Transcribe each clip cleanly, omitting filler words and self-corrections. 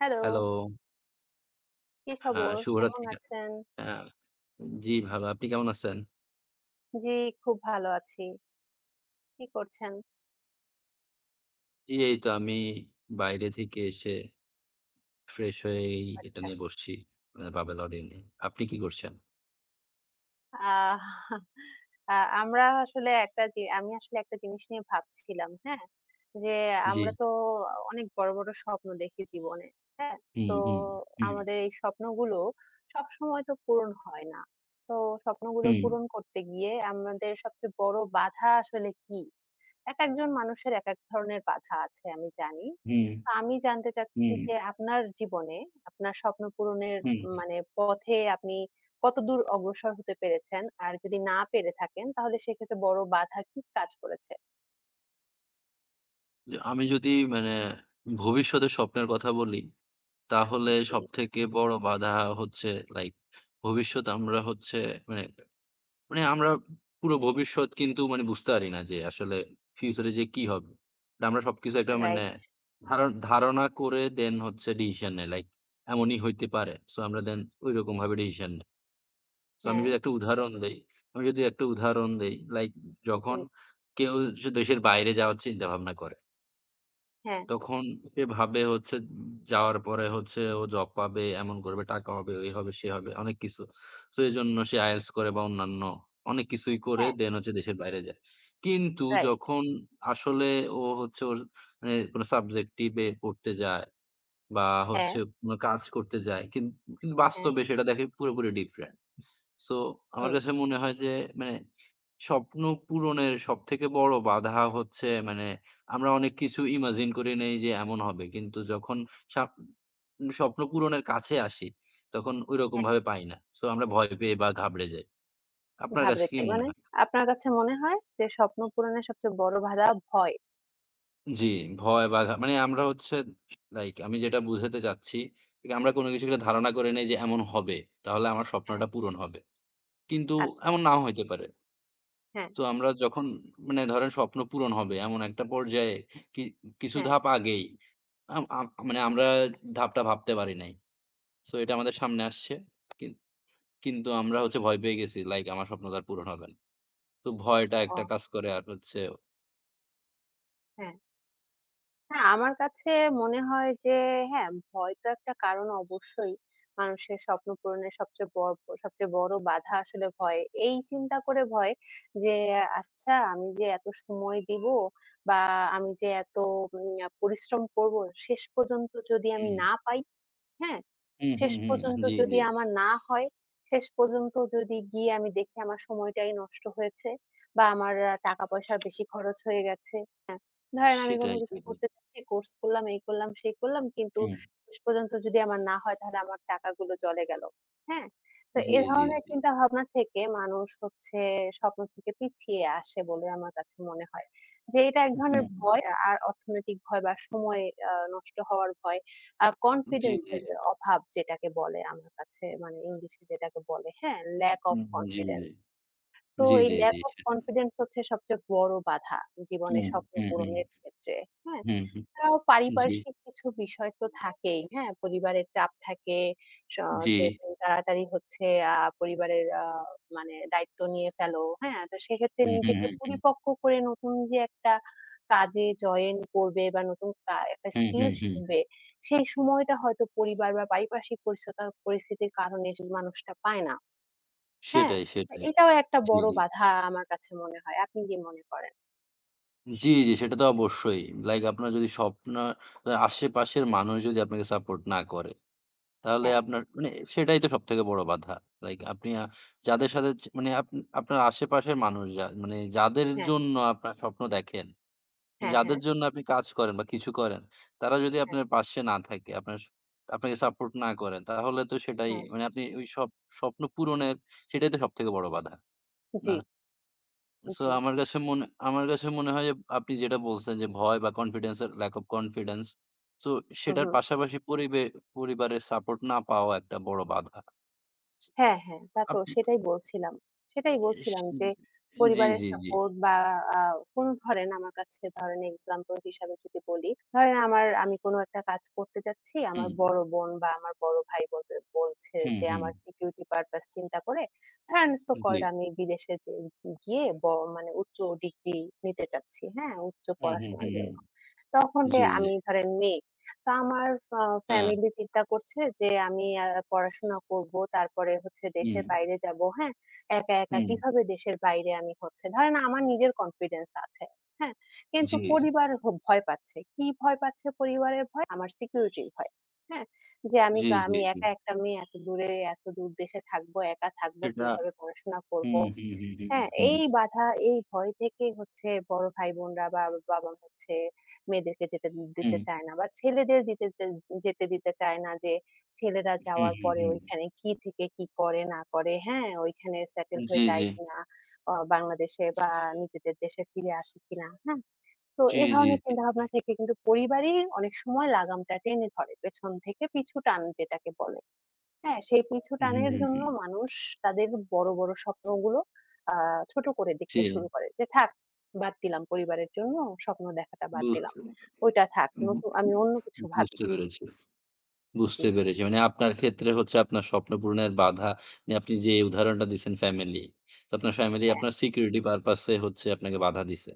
Hello, hello, কি আ খবর? কেমন শুভরাত্রি। আছেন? আ জি, ভালো। আপনি কেমন আছেন? জি, খুব ভালো আছি। কি করছেন? জি, এই তো আমি বাইরে থেকে এসে ফ্রেশ হয়ে এই এটা আচ্ছা। নিয়ে বসছি। মানে বাবেল অডিও নিয়ে। আপনি কি করছেন? আহ আ আমরা আসলে একটা জি আমি আসলে একটা জিনিস নিয়ে ভাবছিলাম, হ্যাঁ? যে জি। আমরা তো অনেক বড়, বড় স্বপ্ন দেখি জীবনে, হ্যাঁ? হুম, তো হুম, হুম, আমাদের এই স্বপ্নগুলো সবসময় তো পূরণ হয় না। তো স্বপ্নগুলো হুম, পূরণ করতে গিয়ে আমাদের সবচেয়ে বড় বাধা আসলে কি? একেকজন মানুষের একেক ধরনের বাধা আছে আমি জানি। হুম, তো আমি জানতে চাচ্ছি হুম, যে আপনার জীবনে আপনার স্বপ্ন পূরণের হুম। মানে পথে আপনি কতদূর অগ্রসর হতে পেরেছেন? আর যদি না পেরে থাকেন তাহলে সেক্ষেত্রে বড় বাধা কি কাজ করেছে? যে আমি যদি মানে ভবিষ্যতের স্বপ্নের কথা বলি, তাহলে জি, সবথেকে বড় বাধা হচ্ছে লাইক ভবিষ্যৎ আমরা হচ্ছে মানে মানে আমরা পুরো ভবিষ্যৎ কিন্তু মানে বুঝতে পারি না যে আসলে ফিউচারে যে কি হবে। এটা আমরা সবকিছু একটা মানে রাইট। ধার ধারণা করে দেন হচ্ছে ডিসিশন নেই। লাইক এমনই হইতে পারে। সো আমরা দেন ঐরকম ভাবে ডিসিশন নেই। সো হ্যাঁ, আমি যদি একটা উদাহরণ দেই, লাইক জি, যখন কেউ যে দেশের বাইরে যাওয়ার চিন্তা ভাবনা করে। হ্যাঁ, তখন সে ভাবে হচ্ছে যাওয়ার পরে হচ্ছে ও জব পাবে, এমন করবে, টাকা হবে, এই হবে, সে হবে, অনেক কিছু। সো এজন্য সে IELTS করে বা অন্যান্য অনেক কিছুই করে হ্যাঁ, দেন হচ্ছে দেশের বাইরে যায়। কিন্তু রাইট। যখন আসলে ও হচ্ছে ওর মানে কোনো সাবজেক্টিভে পড়তে যায় বা হ্যাঁ, হচ্ছে কোনো কাজ করতে যায়, কিন্তু হ্যাঁ, বাস্তবে সেটা দেখে পুরোপুরি ডিফারেন্ট। সো আমার হুম, কাছে মনে হয় যে মানে স্বপ্ন পূরণের সবথেকে বড় বাধা হচ্ছে মানে আমরা অনেক কিছু ইমাজিন করে নেই যে এমন হবে। কিন্তু যখন সাপ স্বপ্ন পূরণের কাছে আসি, তখন ঐরকম হ্যাঁ, ভাবে পাই না। সো আমরা ভয় পেয়ে বা ঘাবড়ে যাই। আপনার কাছে ঘাবড়ে কি যাই। মনে মানে হয়? আপনার কাছে মনে হয় যে স্বপ্ন পূরণের সবচেয়ে বড় বাধা ভয়। জি, ভয় বা ঘা মানে আমরা হচ্ছে লাইক আমি যেটা বুঝাতে চাচ্ছি, যে আমরা কোন কিছু একটা ধারণা করে নেই যে এমন হবে। তাহলে আমার হ্যাঁ, স্বপ্নটা পূরণ হবে। কিন্তু আচ্ছা। এমন নাও হইতে পারে। হ্যাঁ, তো আমরা যখন মানে ধরেন স্বপ্ন পূরণ হবে এমন একটা পর্যায়ে কি কিছু হ্যাঁ, ধাপ আগেই আম আম মানে আমরা ধাপটা ভাবতে পারি নাই। সো এটা আমাদের সামনে আসছে। কিন কিন্তু আমরা হচ্ছে ভয় পেয়ে গেছি। লাইক আমার স্বপ্ন তো আর পূরণ হবে না। তো ভয়টা একটা ও কাজ করে আর হচ্ছে হ্যাঁ। হ্যাঁ, আমার কাছে মনে হয় যে হ্যাঁ, ভয় তো একটা কারণ অবশ্যই। মানুষের স্বপ্ন পূরণের সবচেয়ে বড় বাধা আসলে ভয়। এই চিন্তা করে ভয় যে আচ্ছা আমি যে এত সময় দিব বা আমি যে এত উম পরিশ্রম করব শেষ পর্যন্ত যদি আমি হুম, না পাই, হ্যাঁ? হুম, শেষ হুম, হুম। পর্যন্ত জি, যদি জি। আমার না হয়, শেষ পর্যন্ত যদি গিয়ে আমি দেখি আমার সময়টাই নষ্ট হয়েছে বা আমার টাকা-পয়সা বেশি খরচ হয়ে গেছে, হ্যাঁ? ধরেন আমি কোনো সেটাই, কিছু সেটাই। করতে চাচ্ছি, কোর্স করলাম, এই করলাম, সেই করলাম, কিন্তু হুম। শেষ পর্যন্ত যদি আমার না হয় তাহলে আমার টাকাগুলো জলে গেল, হ্যাঁ? তো জি, এ জি, ধরনের জি। চিন্তাভাবনা থেকে মানুষ হচ্ছে স্বপ্ন থেকে পিছিয়ে আসে বলে আমার কাছে মনে হয়। যে এটা এক ধরনের হুম। ভয় আর অর্থনৈতিক ভয় বা সময় নষ্ট হওয়ার ভয়। জি, কনফিডেন্স জি। এর অভাব যেটাকে বলে আমার কাছে মানে ইংলিশে যেটাকে বলে, হ্যাঁ? lack of hmm, G, G. confidence. তো জি, এই জি, জি। lack of confidence হচ্ছে সবচেয়ে বড় বাধা জীবনে হুম, স্বপ্ন হুম, হুম। পূরণের ক্ষেত্রে, হ্যাঁ? হুম, হুম। এছাড়াও জি, পারিপার্শ্বিক কিছু বিষয় তো থাকেই, হ্যাঁ? পরিবারের চাপ থাকে, স জি। যে তুমি তাড়াতাড়ি হচ্ছে পরিবারের মানে দায়িত্ব নিয়ে ফেলো, হ্যাঁ? তো সেক্ষেত্রে হুম, হুম, নিজেকে হুম, হুম। পরিপক্ক করে নতুন যে একটা কাজে জয়েন করবে বা নতুন একটা হুম, স্কিল হুম, হুম। শিখবে, সেই সময়টা হয়তো পরিবার বা পারিপার্শ্বিক পরিস্থিতির কারণে সে মানুষটা পায় না, হ্যাঁ? সেটাই, তো সেটাই। এটাও একটা জি, বড় জি। বাধা আমার কাছে মনে হয়। আপনি কি মনে করেন? জি, জি, সেটা তো অবশ্যই। লাইক আপনার যদি স্বপ্ন আশেপাশের মানুষ যদি আপনাকে সাপোর্ট না করে, তাহলে হ্যাঁ, আপনার মানে সেটাই তো সবথেকে বড় বাধা। লাইক আপনি যাদের সাথে মানে আপনার আশেপাশের মানুষ যা মানে যাদের হ্যাঁ, জন্য আপনার স্বপ্ন দেখেন, হ্যাঁ, হ্যাঁ, যাদের জন্য আপনি কাজ করেন বা কিছু করেন, তারা যদি হ্যাঁ, আপনার পাশে না থাকে, আপনার স আপনাকে সাপোর্ট না করেন, তাহলে তো সেটাই হ্যাঁ। মানে আপনি ওই স্বপ্ন পূরণের সেটাই তো সবথেকে বড় বাধা, জি, না? সো জি। আমার কাছে মনে হয় যে আপনি যেটা বলছেন যে ভয় বা কনফিডেন্স এর lack of confidence. So hmm, সেটার হুম। পাশাপাশি পরিবারের সাপোর্ট না পাওয়া একটা বড় বাধা। হ্যাঁ, হ্যাঁ, তা তো আপ সেটাই বলছিলাম। সেটাই ইস বলছিলাম যে জি, পরিবারের জি, জি। সাপোর্ট বা আ কোন ধরেন আমার কাছে ধরেন এক্সাম্পল হিসাবে যদি বলি, ধরেন আমি কোন একটা কাজ করতে যাচ্ছি, আমার হুম, বড় বোন বা আমার বড় ভাই বলছে হুম, যে হুম। আমার সিকিউরিটি পারপাস চিন্তা করে ধরেন সো জি। কল্ড আমি বিদেশে যে গিয়ে মানে উচ্চ ডিগ্রি নিতে চাচ্ছি, হ্যাঁ? উচ্চ হুম, হুম, পড়াশোনার হুম, হুম। জন্য। তখন যে জি, জি। আমি ধরেন মেয়ে তা আমার হ্যাঁ। ফ্যামিলি চিন্তা করছে যে আমি পড়াশোনা করব। তারপরে হচ্ছে দেশের হুম, বাইরে যাব, হ্যাঁ? একা, একা হুম। কিভাবে দেশের বাইরে আমি হচ্ছে ধরেন আমার নিজের কনফিডেন্স আছে, হ্যাঁ? কিন্তু জি, পরিবার ভয় পাচ্ছে। কি ভয় পাচ্ছে পরিবারের ভয়? আমার সিকিউরিটির ভয়, হ্যাঁ? যে আমি জি, কা জি, আমি জি। একা একটা মেয়ে এত দূরে, এত দূর দেশে থাকব, একা থাকব, সেটা কিভাবে পড়াশোনা করব? হুম, হুম, হুম, হুম, হ্যাঁ, হুম, এই বাধা, এই ভয় থেকে হচ্ছে বড় ভাই-বোনরা বা বাবা মা হচ্ছে মেয়েদেরকে যেতে দিতে হুম, চায় না বা ছেলেদের দিতে দে যেতে দিতে চায় না যে ছেলেরা হুম, যাওয়ার হুম, পরে হুম। ওইখানে কি থেকে কি করে না করে, হ্যাঁ? ওইখানে সেটেল হয়ে জি, যায় জি। কিনা, বাংলাদেশে বা নিজেদের দেশে ফিরে আসে কিনা, হ্যাঁ? তো জি, এ জি, ধরনের জি। চিন্তাভাবনা থেকে কিন্তু পরিবারই অনেক সময় লাগামটা টেনে ধরে পেছন থেকে পিছু টান যেটাকে বলে। হ্যাঁ, সেই পিছু হুম, টানের হুম, জন্য হুম। মানুষ তাদের বড়, বড় স্বপ্নগুলো আ ছোট করে জি, দেখতে শুরু করে। যে থাক বাদ দিলাম পরিবারের জন্য স্বপ্ন দেখাটা বাদ দিলাম। বুঝতে ওইটা থাক। উহু, আমি অন্য কিছু ভাবি। বুঝতে পেরেছি, জি। বুঝতে পেরেছি। মানে আপনার ক্ষেত্রে হচ্ছে আপনার স্বপ্ন পূরণের বাধা মানে আপনি যে উদাহরণটা দিছেন ফ্যামিলি। তো আপনার ফ্যামিলি হ্যাঁ, আপনার সিকিউরিটি পারপাস এ হচ্ছে আপনাকে বাধা দিছে।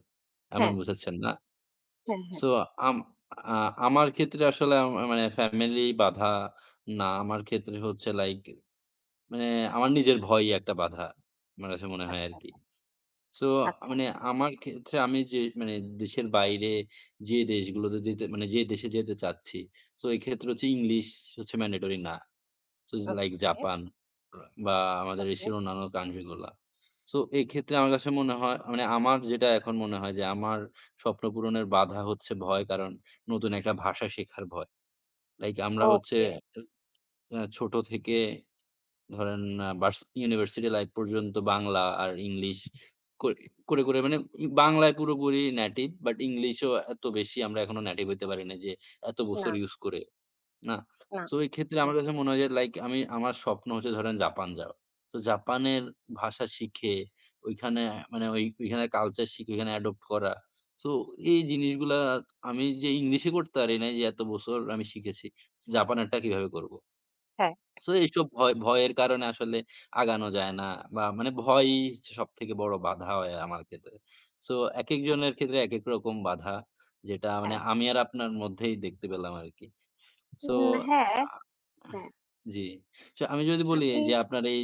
এমন হ্যাঁ, বুঝাচ্ছেন না? হ্যাঁ, হ্যাঁ। সো আম আ আমার ক্ষেত্রে আসলে মানে ফ্যামিলি বাধা না। আমার ক্ষেত্রে হচ্ছে লাইক মানে আমার নিজের ভয়ই একটা বাধা। আমার কাছে মনে হয় আচ্ছা, আরকি। আচ্ছা, সো আচ্ছা। মানে আমার ক্ষেত্রে আমি যে মানে দেশের বাইরে যে দেশগুলোতে যেতে মানে যে দেশে যেতে চাচ্ছি। সো এক্ষেত্রে হচ্ছে ইংলিশ হচ্ছে ম্যান্ডেটরি না। সো ওকে, লাইক জাপান বা আমাদের ওকে, এশিয়ার অন্যান্য কান্ট্রি গুলা। সো এক্ষেত্রে আমার কাছে মনে হয় মানে আমার যেটা এখন মনে হয় যে আমার স্বপ্ন পূরণের বাধা হচ্ছে ভয়। কারণ নতুন একটা ভাষা শেখার ভয়। লাইক আমরা হচ্ছে ওকে। ছোট থেকে ধরেন আ ভার্স ইউনিভার্সিটি লাইফ পর্যন্ত বাংলা আর ইংলিশ করে, করে মানে বাংলায় পুরোপুরি নেটিভ বাট ইংলিশও এত বেশি আমরা এখনো নেটিভ হইতে পারি না যে এত না, বছর ইউজ করে, না? না। সো এই ক্ষেত্রে হুম। আমার কাছে মনে হয় যে লাইক আমার স্বপ্ন হচ্ছে ধরেন জাপান যাওয়া। তো জাপানের ভাষা শিখে ওইখানে মানে ওইখানে কালচার শিখে ওইখানে অ্যাডপ্ট করা। সো এই জিনিসগুলা আমি যে ইংলিশে করতে পারি নাই যে এত বছর আমি শিখেছি, জাপানেরটা কিভাবে করব? হ্যাঁ, সো এইসব ভয়ের কারণে আসলে আগানো যায় না বা মানে ভয়ই হচ্ছে সবথেকে বড় বাধা হয় আমার ক্ষেত্রে। সো আ একেকজনের ক্ষেত্রে একেক রকম বাধা। যেটা মানে হ্যাঁ। আমি আর আপনার মধ্যেই দেখতে পেলাম আরকি। সো হ্যাঁ, আ হ্যাঁ। জি। সো আমি যদি বলি আপনি যে আপনার এই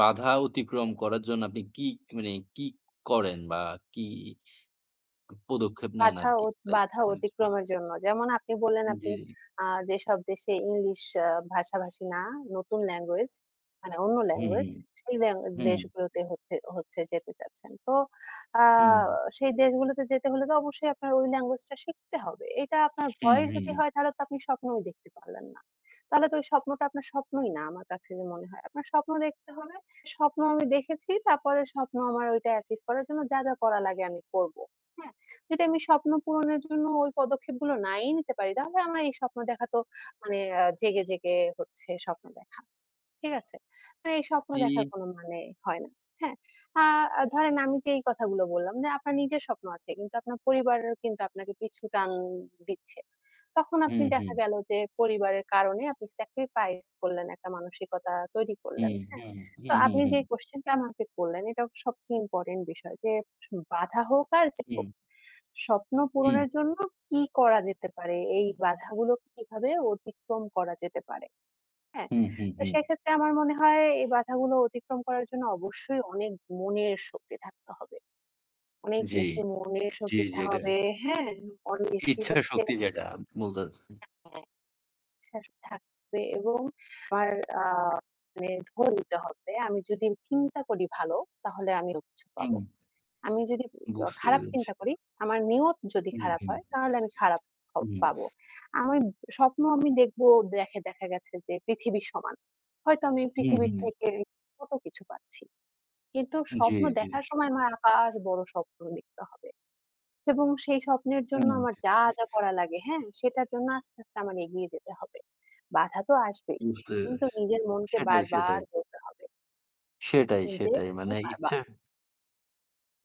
বাধা অতিক্রম করার জন্য আপনি কি মানে কি করেন বা কি পদক্ষেপ নেন বাধা অ আরকি? লাইক বাধা অতিক্রমের জন্য। যেমন আপনি বললেন জি। আপনি যেসব দেশে ইংলিশ ভাষাভাষী না, নতুন ল্যাঙ্গুয়েজ মানে অন্য হুম, ল্যাঙ্গুয়েজ হুম। সেই ল্যাং হুম, দেশগুলোতে হচ্ছে যেতে চাচ্ছেন। তো আ হুম। সেই দেশগুলোতে যেতে হলে তো অবশ্যই আপনার ওই ল্যাঙ্গুয়েজটা শিখতে হবে। এটা আপনার হুম, ভয় যদি হুম। হয় তাহলে তো আপনি স্বপ্নই দেখতে পারলেন না। তাহলে তো ওই স্বপ্নটা আপনার স্বপ্নই না আমার কাছে যে মনে হয়। আপনার স্বপ্ন দেখতে হবে। স্বপ্ন আমি দেখেছি তারপরে স্বপ্ন আমার ওইটা অ্যাচিভ করার জন্য যা, যা করা লাগে আমি করব। হ্যাঁ? যদি আমি স্বপ্ন পূরণের জন্য ওই পদক্ষেপগুলো নাই নিতে পারি, তাহলে আমার এই স্বপ্ন দেখা তো মানে জেগে, জেগে হচ্ছে স্বপ্ন দেখা। ঠিক আছে? মানে এই স্বপ্ন জি। দেখার কোনো মানে হয় না। হ্যাঁ? আ ধরেন আমি যে এই কথাগুলো বললাম যে আপনার নিজের স্বপ্ন আছে কিন্তু আপনার পরিবারের কিন্তু আপনাকে পিছু টান দিচ্ছে। তখন আপনি হুম, দেখা হুম। গেল যে পরিবারের কারণে আপনি স্যাক্রিফাইস করলেন, একটা মানসিকতা তৈরি করলেন। হুম, হ্যাঁ? হুম, তো হুম, হুম, আপনি যে হুম, কোয়েশ্চেনটা আমাকে করলেন এটাও সবচেয়ে ইম্পোর্টেন্ট বিষয় যে বাধা হোক আর যে হুম, হোক স্বপ্ন হুম, পূরণের জন্য কি করা যেতে পারে? এই বাধাগুলো কিভাবে অতিক্রম করা যেতে পারে, হ্যাঁ? হুম, হুম, তো হুম। সেক্ষেত্রে আমার মনে হয় এই বাধাগুলো অতিক্রম করার জন্য অবশ্যই অনেক মনের শক্তি থাকতে হবে। অনেক জি, বেশি মনের জি, শক্তি জি, থাকতে এটা হবে, হ্যাঁ? অনেক বেশি ইচ্ছা হচ্ছে শক্তি যেটা বলতে হ্যাঁ, ইচ্ছা থাকবে এবং আমার আ মানে ধরে নিতে হবে। আমি যদি চিন্তা করি ভালো, তাহলে আমি কিছু হুম, পাবো। আমি যদি বুঝতে খারাপ পেরেছি। চিন্তা করি, আমার নিয়ত যদি হুম, খারাপ হুম, হয় তাহলে আমি খারাপ হ হুম, পাবো। আমি স্বপ্ন আমি দেখবো দেখে দেখা গেছে যে পৃথিবী সমান। হয়তো আমি হুম, পৃথিবীর হুম। থেকে ছোট কিছু পাচ্ছি। কিন্তু জি, স্বপ্ন জি, দেখার সময় আমার আকাশ বড় স্বপ্ন দেখতে হবে এবং সেই স্বপ্নের জন্য হুম, আমার যা, যা করা লাগে, হ্যাঁ? সেটার জন্য আস্তে, আস্তে আমার এগিয়ে যেতে হবে। বাধা তো আসবেই। বুঝতে কিন্তু পেরেছি। নিজের মনকে সেটাই, বারবার সেটাই, বলতে হবে সেটাই, যে, সেটাই। "তুমি মানে পারবা।" ইচ্ছা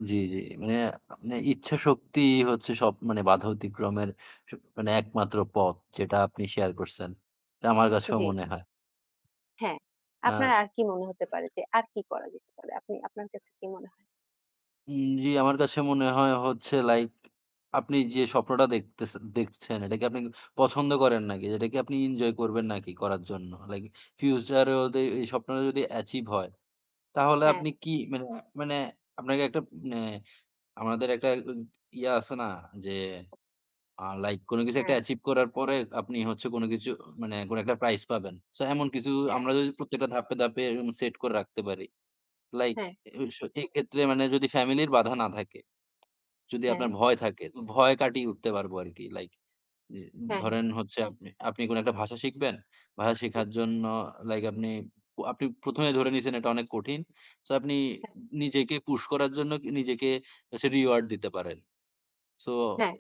জি, জি, মানে মানে ইচ্ছা শক্তিই হচ্ছে সব মানে বাধা অতিক্রমের স মানে একমাত্র পথ যেটা আপনি শেয়ার করছেন। এটা আমার কাছেও জি। মনে হয়। হ্যাঁ, আ আপনার আর কি মনে হতে পারে যে আর কি করা যেতে পারে? আপনার কাছে কি মনে হয়? জি, আমার কাছে মনে হয় হচ্ছে লাইক আপনি যে স্বপ্নটা দেখছেন, এটা কি আপনি পছন্দ করেন নাকি? এটা কি আপনি এনজয় করবেন নাকি করার জন্য? লাইক ফিউচার এও যদি এই স্বপ্নটা যদি অ্যাচিভ হয়, তাহলে হ্যাঁ, আপনি কি মানে মানে আপনাকে একটা মানে আমাদের একটা ইয়া আছে না? যে লাইক কোন কিছু একটা হ্যাঁ, অ্যাচিভ করার পরে আপনি হচ্ছে কোন কিছু মানে কোন একটা প্রাইজ পাবেন। সো এমন কিছু হ্যাঁ, আমরা যদি প্রত্যেকটা ধাপে, ধাপে এরকম সেট করে রাখতে পারি। লাইক হ্যাঁ, এ স এক্ষেত্রে মানে যদি ফ্যামিলির বাধা না থাকে। যদি হ্যাঁ, আপনার ভয় থাকে, তো ভয় কাটিয়ে উঠতে পারবো আরকি। লাইক যে হ্যাঁ, হ্যাঁ, ধরেন হচ্ছে আপনি আপনি কোন একটা ভাষা শিখবেন। ভাষা শেখার জি, জন্য লাইক আপনি আপনি ১ম এ ধরে নিয়েছেন এটা অনেক কঠিন। সো আপনি হ্যাঁ, নিজেকে পুশ করার জন্য নিজেকে হচ্ছে রিওয়ার্ড দিতে পারেন। সো হ্যাঁ,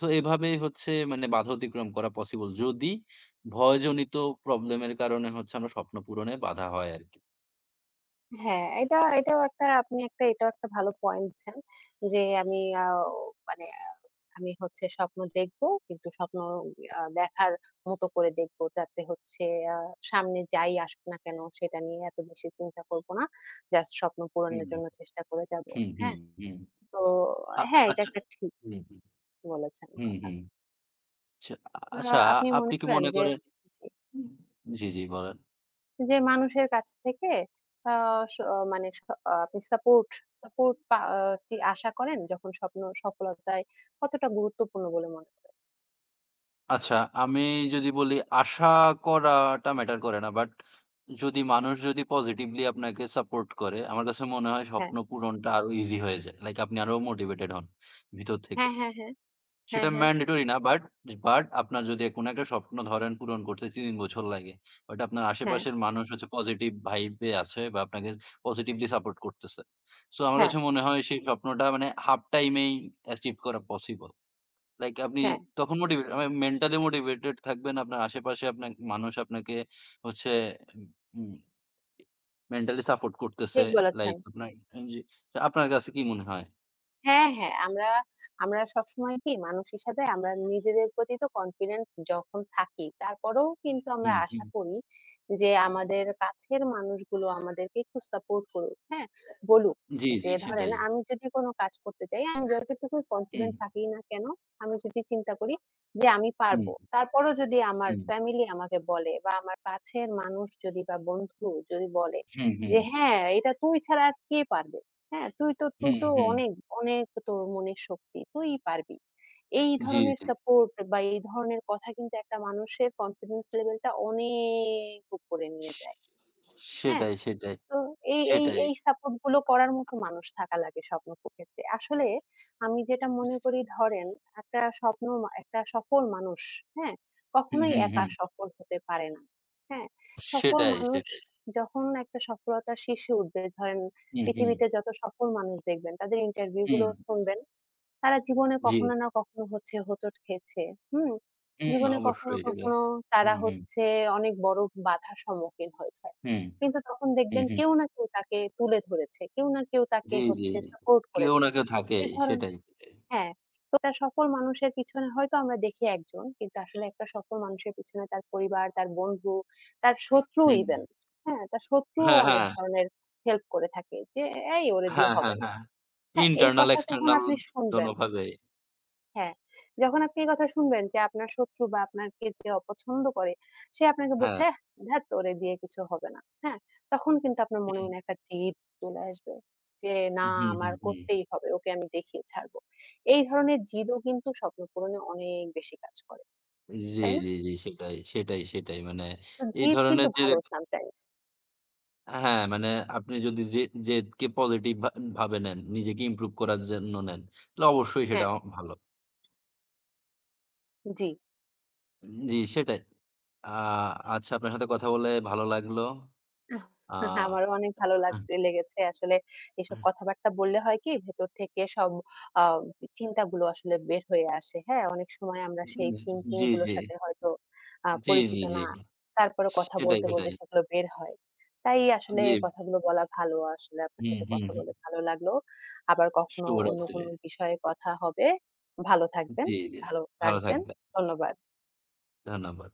সো এভাবেই হচ্ছে মানে বাধা অতিক্রম করা পসিবল। যদি ভয়জনিত প্রবলেম এর কারণে হচ্ছে আমরা স্বপ্ন পূরণে বাধা হয় আরকি। হ্যাঁ, এটাও একটা ভালো পয়েন্ট দিচ্ছেন। যে আমি আ মানে আমি হচ্ছে স্বপ্ন দেখব কিন্তু স্বপ্ন দেখার মতো করে দেখব যাতে হচ্ছে আ সামনে যাই আসুক না কেন সেটা নিয়ে এত বেশি চিন্তা করব না। জাস্ট স্বপ্ন পূরণের হুম, জন্য চেষ্টা করে যাব। হুম, হ্যাঁ? হুম, হুম। তো আ হ্যাঁ, এটা আচ্ছা। একটা ঠিক হুম, হুম, বলেছেন হুম, কথা। হুম। আচ্ছা, আ আচ্ছা আপনি মনে আপনি কি করেন মনে যে করেন জি, জি, জি বলেন। যে মানুষের কাছ থেকে আ মানে আপনি সাপোর্ট সাপোর্ট পা আ চি আশা করেন যখন স্বপ্ন সফলতায় কতটা গুরুত্বপূর্ণ বলে মনে করেন? আচ্ছা আমি যদি বলি আশা করাটা ম্যাটার করে না। বাট যদি মানুষ যদি পজিটিভলি আপনাকে সাপোর্ট করে, আমার কাছে মনে হয় হ্যাঁ। স্বপ্ন পূরণটা আরো ইজি হয়ে যায়। লাইক আপনি আরো মোটিভেটেড হন ভিতর থেকে। হ্যাঁ, হ্যাঁ, হ্যাঁ। হ্যাঁ, সেটা হ্যাঁ। ম্যান্ডেটরি না। বাট আপনার যদি কোনো একটা স্বপ্ন ধরেন পূরণ করতে ৩ বছর লাগে। বাট আপনার হ্যাঁ, আশেপাশের মানুষ হচ্ছে পজিটিভ ভাইব এ আছে বা আপনাকে পজিটিভলি সাপোর্ট করতেছে। সো আমার হ্যাঁ, কাছে মনে হয় সেই স্বপ্নটা মানে হাফ টাইম এই অ্যাচিভ করা পসিবল। লাইক আপনি হ্যাঁ। তখন মোটিভেট মানে মেন্টালি মোটিভেটেড থাকবেন। আপনার আশেপাশে আপনার মানুষ আপনাকে হচ্ছে উম মেন্টালি সাপোর্ট করতেছে। ঠিক বলেছেন। লাইক আপনার জি, আপনার কাছে কি মনে হয়? হ্যাঁ, হ্যাঁ। আমরা আমরা সবসময় কি মানুষ হিসাবে আমরা নিজেদের প্রতি তো কনফিডেন্ট যখন থাকি, তারপরেও কিন্তু আমরা হুম, আশা হুম। করি যে আমাদের কাছের মানুষগুলো আমাদেরকে একটু সাপোর্ট করুক, হ্যাঁ? বলুক জি, যে জি ধরেন সেটাই। আমি যদি কোনো কাজ করতে চাই, আমি যতটুকু হুম, কনফিডেন্ট থাকি না কেন, আমি যদি চিন্তা করি যে আমি হুম, পারবো। তারপরও যদি আমার হুম, ফ্যামিলি আমাকে বলে বা আমার কাছের মানুষ যদি বা বন্ধু যদি বলে হুম, যে, হুম। "হ্যাঁ, এটা তুই ছাড়া আর কে পারবে?" হ্যাঁ, তুই তো তুই হুম, তো হুম। অনেক, অনেক তোর মনের শক্তি। তুইই পারবি। এই জি, ধরনের জি। সাপোর্ট বা এই ধরনের কথা কিন্তু একটা মানুষের কনফিডেন্স লেভেলটা অনেক উপরে নিয়ে যায়। হ্যাঁ? সেটাই, সেটাই, তো এই, এই, সেটাই। এই সাপোর্ট গুলো করার মতো মানুষ থাকা লাগে স্বপ্ন ক্ষেত্রে। আসলে আমি যেটা মনে করি ধরেন একটা স্বপ্ন মা একটা সফল মানুষ, হ্যাঁ? হুম, কখনোই হুম, একা হুম। সফল হতে পারে না। হ্যাঁ? সফল সেটাই, মানুষ সেটাই। যখন একটা সফলতার শীর্ষে উঠবে ধরেন হুম, হুম, পৃথিবীতে যত সফল মানুষ দেখবেন তাদের ইন্টারভিউ গুলো হুম। শুনবেন। তারা জীবনে জি। কখনো না কখনো হচ্ছে হোঁচট খেয়েছে। হুম? হুম, জীবনে কখনো, অবশ্যই সেটা। কখনো তারা হুম, হুম, হচ্ছে অনেক বড় বাধার সম্মুখীন হয়েছে। হুম, কিন্তু তখন হুম, দেখবেন হুম। কেউ না কেউ তাকে তুলে ধরেছে। কেউ না কেউ তাকে জি, জি। হচ্ছে সাপোর্ট কেউ করেছে। না কেউ এ থাকেই। ধরন সেটাই, সেটাই। হ্যাঁ, তো একটা সফল মানুষের পিছনে হয়তো আমরা দেখি একজন, কিন্তু আসলে একটা সফল মানুষের পিছনে তার পরিবার, তার বন্ধু, তার শত্রু হুম। ইভেন, হ্যাঁ? তার শত্রুও হ্যাঁ, অনেক হ্যাঁ। ধরনের হেল্প করে থাকে যে, "এই ওরে দিয়ে হ্যাঁ, হবে হ্যাঁ, না।" হ্যাঁ। হ্যাঁ, এই ইন্টারনাল কথা যখন এক্সটার্নাল আপনি শুনবেন দোনোভাবে। হ্যাঁ, যখন আপনি এই কথা শুনবেন যে আপনার শত্রু বা আপনাকে যে অপছন্দ করে, সে আপনাকে বলছে, হ্যাঁ। "এহ ধ্যাত ওরে দিয়ে কিছু হবে না।" হ্যাঁ? তখন কিন্তু আপনার মনে, হুম। মনে একটা জেদ চলে আসবে যে, "না হুম, আমার হুম, হুম। করতেই হবে। ওকে আমি দেখিয়ে ছাড়বো।" এই ধরনের জিদও কিন্তু স্বপ্ন পূরণে অনেক বেশি কাজ করে। জি, তাই না? জি, জি। সেটাই, সেটাই, সেটাই। মানে তো এই জিদ কিন্তু ধরনের যে ভালো sometimes হ্যাঁ, মানে আপনি যদি জেদকে পজিটিভ ভাবে নেন, নিজেকে ইমপ্রুভ করার জন্য নেন, তাহলে অবশ্যই সেটা হ্যাঁ, ভালো। জি। জি, সেটাই। আ আচ্ছা আপনার সাথে কথা বলে ভালো লাগলো। আ আমারও অনেক ভালো লেগেছে। আসলে এসব কথাবার্তা বললে হয় কি ভেতর থেকে সব আ চিন্তাগুলো আসলে বের হয়ে আসে। হ্যাঁ? অনেক সময় আমরা সেই থিংকিং জি, গুলোর জি, সাথে হয়তো জি, পরিচিত জি, জি। না। তারপরে কথা সেটাই, বলতে, বলতে সেটাই। সেগুলো বের হয়। তাই আসলে জি, এই কথাগুলো বলা ভালো। আসলে আপনার হুম, সাথে হুম, কথা হুম। বলে ভালো লাগলো। আবার কখনো অন্য শুভরাত্রি। কোনো বিষয়ে কথা হবে। ভালো থাকবেন, জি, জি। ভালো ভালো রাখবেন। থাকবেন। ধন্যবাদ। ধন্যবাদ।